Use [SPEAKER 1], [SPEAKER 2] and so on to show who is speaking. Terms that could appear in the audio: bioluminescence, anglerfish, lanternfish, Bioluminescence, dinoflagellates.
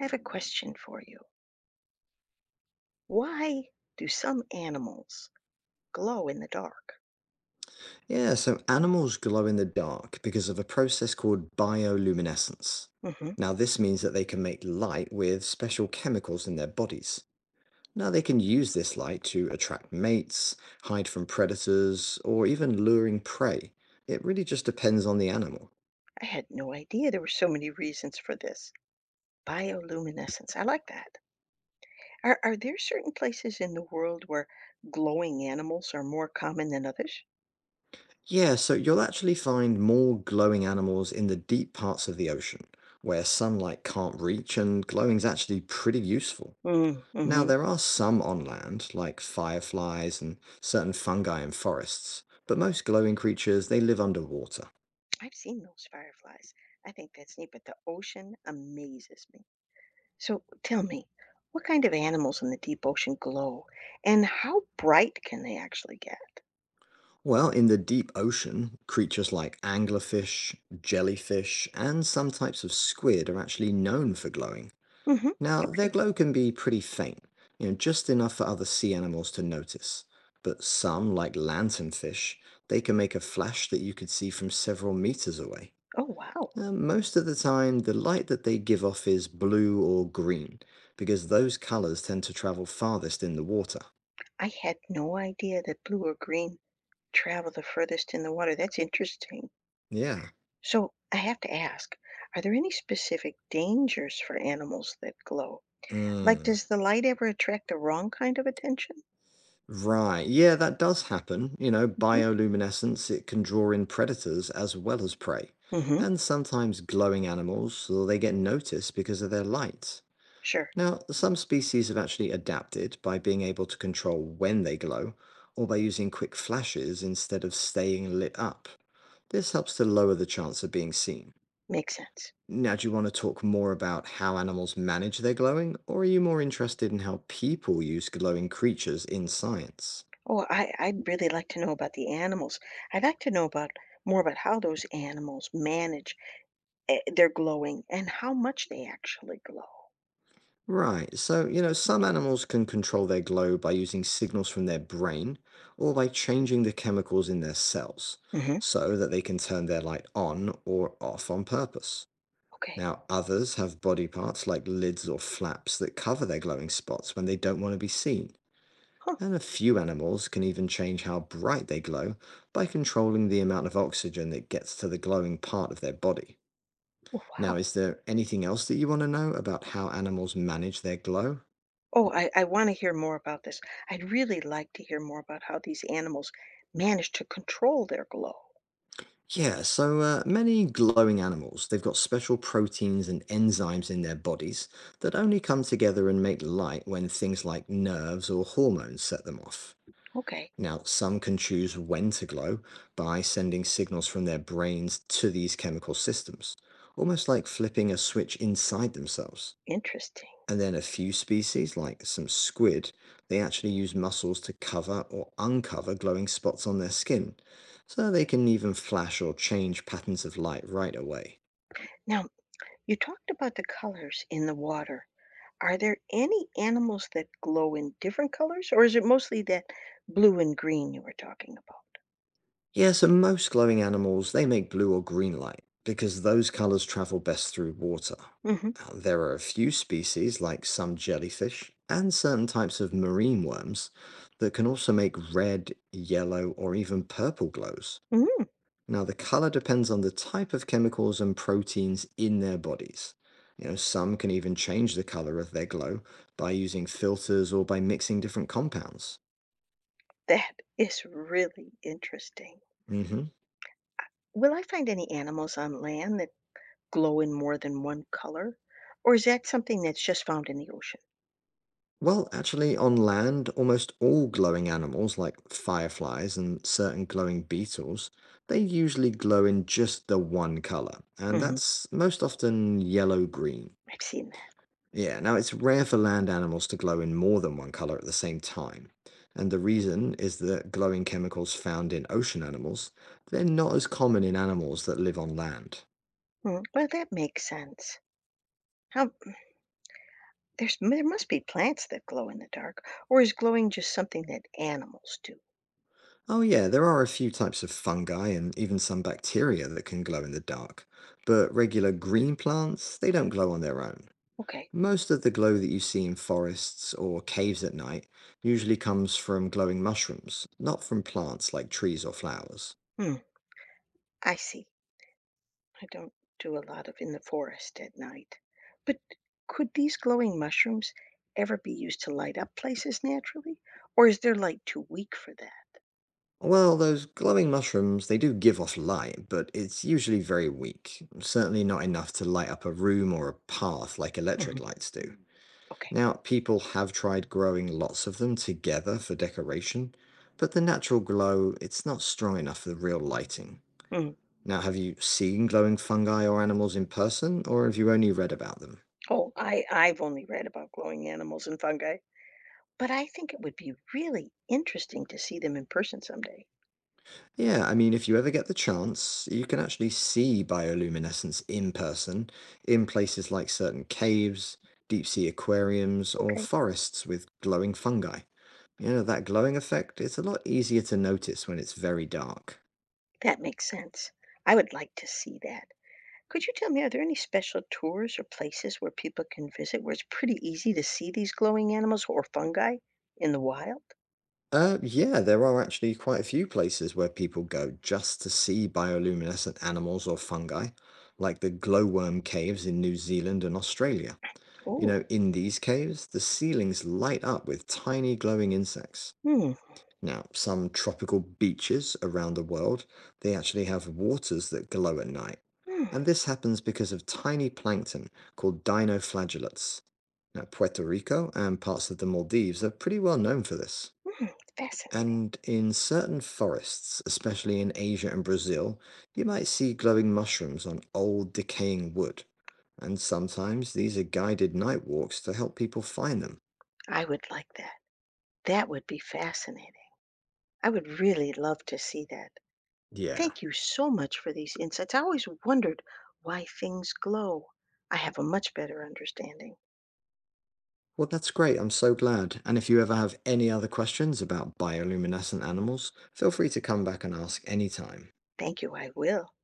[SPEAKER 1] I have a question for you. Why do some animals glow in the dark?
[SPEAKER 2] Yeah, so animals glow in the dark because of a process called bioluminescence.
[SPEAKER 1] Hmm.
[SPEAKER 2] Now, this means that they can make light with special chemicals in their bodies. Now, they can use this light to attract mates, hide from predators, or even luring prey. It really just depends on the animal.
[SPEAKER 1] I had no idea there were so many reasons for this. Bioluminescence. I like that. Are there certain places in the world where glowing animals are more common than others?
[SPEAKER 2] Yeah, so you'll actually find more glowing animals in the deep parts of the ocean, where sunlight can't reach, and glowing's actually pretty useful. Now,
[SPEAKER 1] Mm-hmm.
[SPEAKER 2] there are some on land, like fireflies and certain fungi in forests, but most glowing creatures, they live underwater.
[SPEAKER 1] I've seen those fireflies. I think that's neat, but the ocean amazes me. So tell me, what kind of animals in the deep ocean glow, and how bright can they actually get?
[SPEAKER 2] Well, in the deep ocean, creatures like anglerfish, jellyfish, and some types of squid are actually known for glowing.
[SPEAKER 1] Mm-hmm.
[SPEAKER 2] Now, their
[SPEAKER 1] Okay.
[SPEAKER 2] glow can be pretty faint, you know, just enough for other sea animals to notice. But some, like lanternfish, they can make a flash that you could see from several meters away.
[SPEAKER 1] Oh, wow.
[SPEAKER 2] Most of the time, the light that they give off is blue or green, because those colors tend to travel farthest in the water.
[SPEAKER 1] I had no idea that blue or green travel the furthest in the water. That's interesting.
[SPEAKER 2] Yeah.
[SPEAKER 1] So I have to ask, are there any specific dangers for animals that glow? Like,
[SPEAKER 2] Mm.
[SPEAKER 1] does the light ever attract the wrong kind of attention?
[SPEAKER 2] Right. Yeah, that does happen. You know, bioluminescence, it can draw in predators as well as prey,
[SPEAKER 1] Mm-hmm.
[SPEAKER 2] and sometimes glowing animals, so they get noticed because of their light.
[SPEAKER 1] Sure.
[SPEAKER 2] Now, some species have actually adapted by being able to control when they glow, or by using quick flashes instead of staying lit up. This helps to lower the chance of being seen.
[SPEAKER 1] Makes sense.
[SPEAKER 2] Now, do you want to talk more about how animals manage their glowing, or are you more interested in how people use glowing creatures in science?
[SPEAKER 1] Oh, I'd really like to know about the animals. I'd like to know about more about how those animals manage their glowing and how much they actually glow.
[SPEAKER 2] Right, so, you know, some animals can control their glow by using signals from their brain or by changing the chemicals in their cells
[SPEAKER 1] Mm-hmm.
[SPEAKER 2] so that they can turn their light on or off on purpose.
[SPEAKER 1] Okay.
[SPEAKER 2] Now, others have body parts like lids or flaps that cover their glowing spots when they don't want to be seen.
[SPEAKER 1] Huh.
[SPEAKER 2] And a few animals can even change how bright they glow by controlling the amount of oxygen that gets to the glowing part of their body.
[SPEAKER 1] Oh,
[SPEAKER 2] Now,
[SPEAKER 1] wow.
[SPEAKER 2] is there anything else that you want to know about how animals manage their glow?
[SPEAKER 1] Oh, I want to hear more about this. I'd really like to hear more about how these animals manage to control their glow.
[SPEAKER 2] Yeah, so many glowing animals, they've got special proteins and enzymes in their bodies that only come together and make light when things like nerves or hormones set them off.
[SPEAKER 1] Okay,
[SPEAKER 2] Now, some can choose when to glow by sending signals from their brains to these chemical systems, almost like flipping a switch inside themselves.
[SPEAKER 1] interesting.
[SPEAKER 2] And then a few species, like some squid, they actually use muscles to cover or uncover glowing spots on their skin, so they can even flash or change patterns of light right away.
[SPEAKER 1] Now, you talked about the colors in the water. Are there any animals that glow in different colors, or is it mostly that blue and green you were talking
[SPEAKER 2] Yeah, so most glowing animals, they make blue or green light because those colors travel best through water.
[SPEAKER 1] about? Hmm.
[SPEAKER 2] Now, there are a few species, like some jellyfish and certain types of marine worms, that can also make red, yellow, or even purple glows.
[SPEAKER 1] Mm,
[SPEAKER 2] Now, the color depends on the type of chemicals and proteins in their bodies. You know, some can even change the color of their glow by using filters or by mixing different compounds.
[SPEAKER 1] that is really interesting.
[SPEAKER 2] Hmm.
[SPEAKER 1] Will I find any animals on land that glow in more than one color, or is that something that's just found in the ocean?
[SPEAKER 2] Well, actually, on land, almost all glowing animals, like fireflies and certain glowing beetles, they usually glow in just the one color, and
[SPEAKER 1] Hmm.
[SPEAKER 2] that's most often yellow-green.
[SPEAKER 1] I've seen that.
[SPEAKER 2] Yeah, now it's rare for land animals to glow in more than one color at the same time. And the reason is that glowing chemicals found in ocean animals, they're not as common in animals that live on land.
[SPEAKER 1] Mm, well, that makes sense. How there must be plants that glow in the dark, or is glowing just something that animals do?
[SPEAKER 2] Oh, yeah, there are a few types of fungi and even some bacteria that can glow in the dark, but regular green plants, they don't glow on their own.
[SPEAKER 1] Okay.
[SPEAKER 2] Most of the glow that you see in forests or caves at night usually comes from glowing mushrooms, not from plants like trees or flowers.
[SPEAKER 1] Hmm. I see. I don't do a lot of in the forest at night. But could these glowing mushrooms ever be used to light up places naturally, or is their light too weak for that?
[SPEAKER 2] Well, those glowing mushrooms, they do give off light, but it's usually very weak, certainly not enough to light up a room or a path like electric
[SPEAKER 1] Mhm.
[SPEAKER 2] lights do.
[SPEAKER 1] Okay.
[SPEAKER 2] Now, people have tried growing lots of them together for decoration, but the natural glow, it's not strong enough for the real lighting.
[SPEAKER 1] Mm.
[SPEAKER 2] Now, have you seen glowing fungi or animals in person, or have you only read about them?
[SPEAKER 1] Oh, I've only read about glowing animals and fungi, but I think it would be really interesting to see them in person someday.
[SPEAKER 2] Yeah, I mean, if you ever get the chance, you can actually see bioluminescence in person in places like certain caves, deep sea aquariums, or
[SPEAKER 1] Okay.
[SPEAKER 2] forests with glowing fungi. You know, that glowing effect, it's a lot easier to notice when it's very dark.
[SPEAKER 1] That makes sense. I would like to see that. Could you tell me, are there any special tours or places where people can visit where it's pretty easy to see these glowing animals or fungi in the wild?
[SPEAKER 2] Yeah, there are actually quite a few places where people go just to see bioluminescent animals or fungi, like the glowworm caves in New Zealand and Australia. You
[SPEAKER 1] Oh.
[SPEAKER 2] know, in these caves, the ceilings light up with tiny glowing insects.
[SPEAKER 1] Hmm.
[SPEAKER 2] Now, some tropical beaches around the world, they actually have waters that glow at night.
[SPEAKER 1] Hmm.
[SPEAKER 2] And this happens because of tiny plankton called dinoflagellates. Now, Puerto Rico and parts of the Maldives are pretty well known for this.
[SPEAKER 1] Hmm, fascinating.
[SPEAKER 2] And in certain forests, especially in Asia and Brazil, you might see glowing mushrooms on old decaying wood. And sometimes these are guided night walks to help people find them.
[SPEAKER 1] I would like that. That would be fascinating. I would really love to see that.
[SPEAKER 2] Yeah.
[SPEAKER 1] Thank you so much for these insights. I always wondered why things glow. I have a much better understanding.
[SPEAKER 2] Well, that's great. I'm so glad. And if you ever have any other questions about bioluminescent animals, feel free to come back and ask anytime.
[SPEAKER 1] Thank you, I will.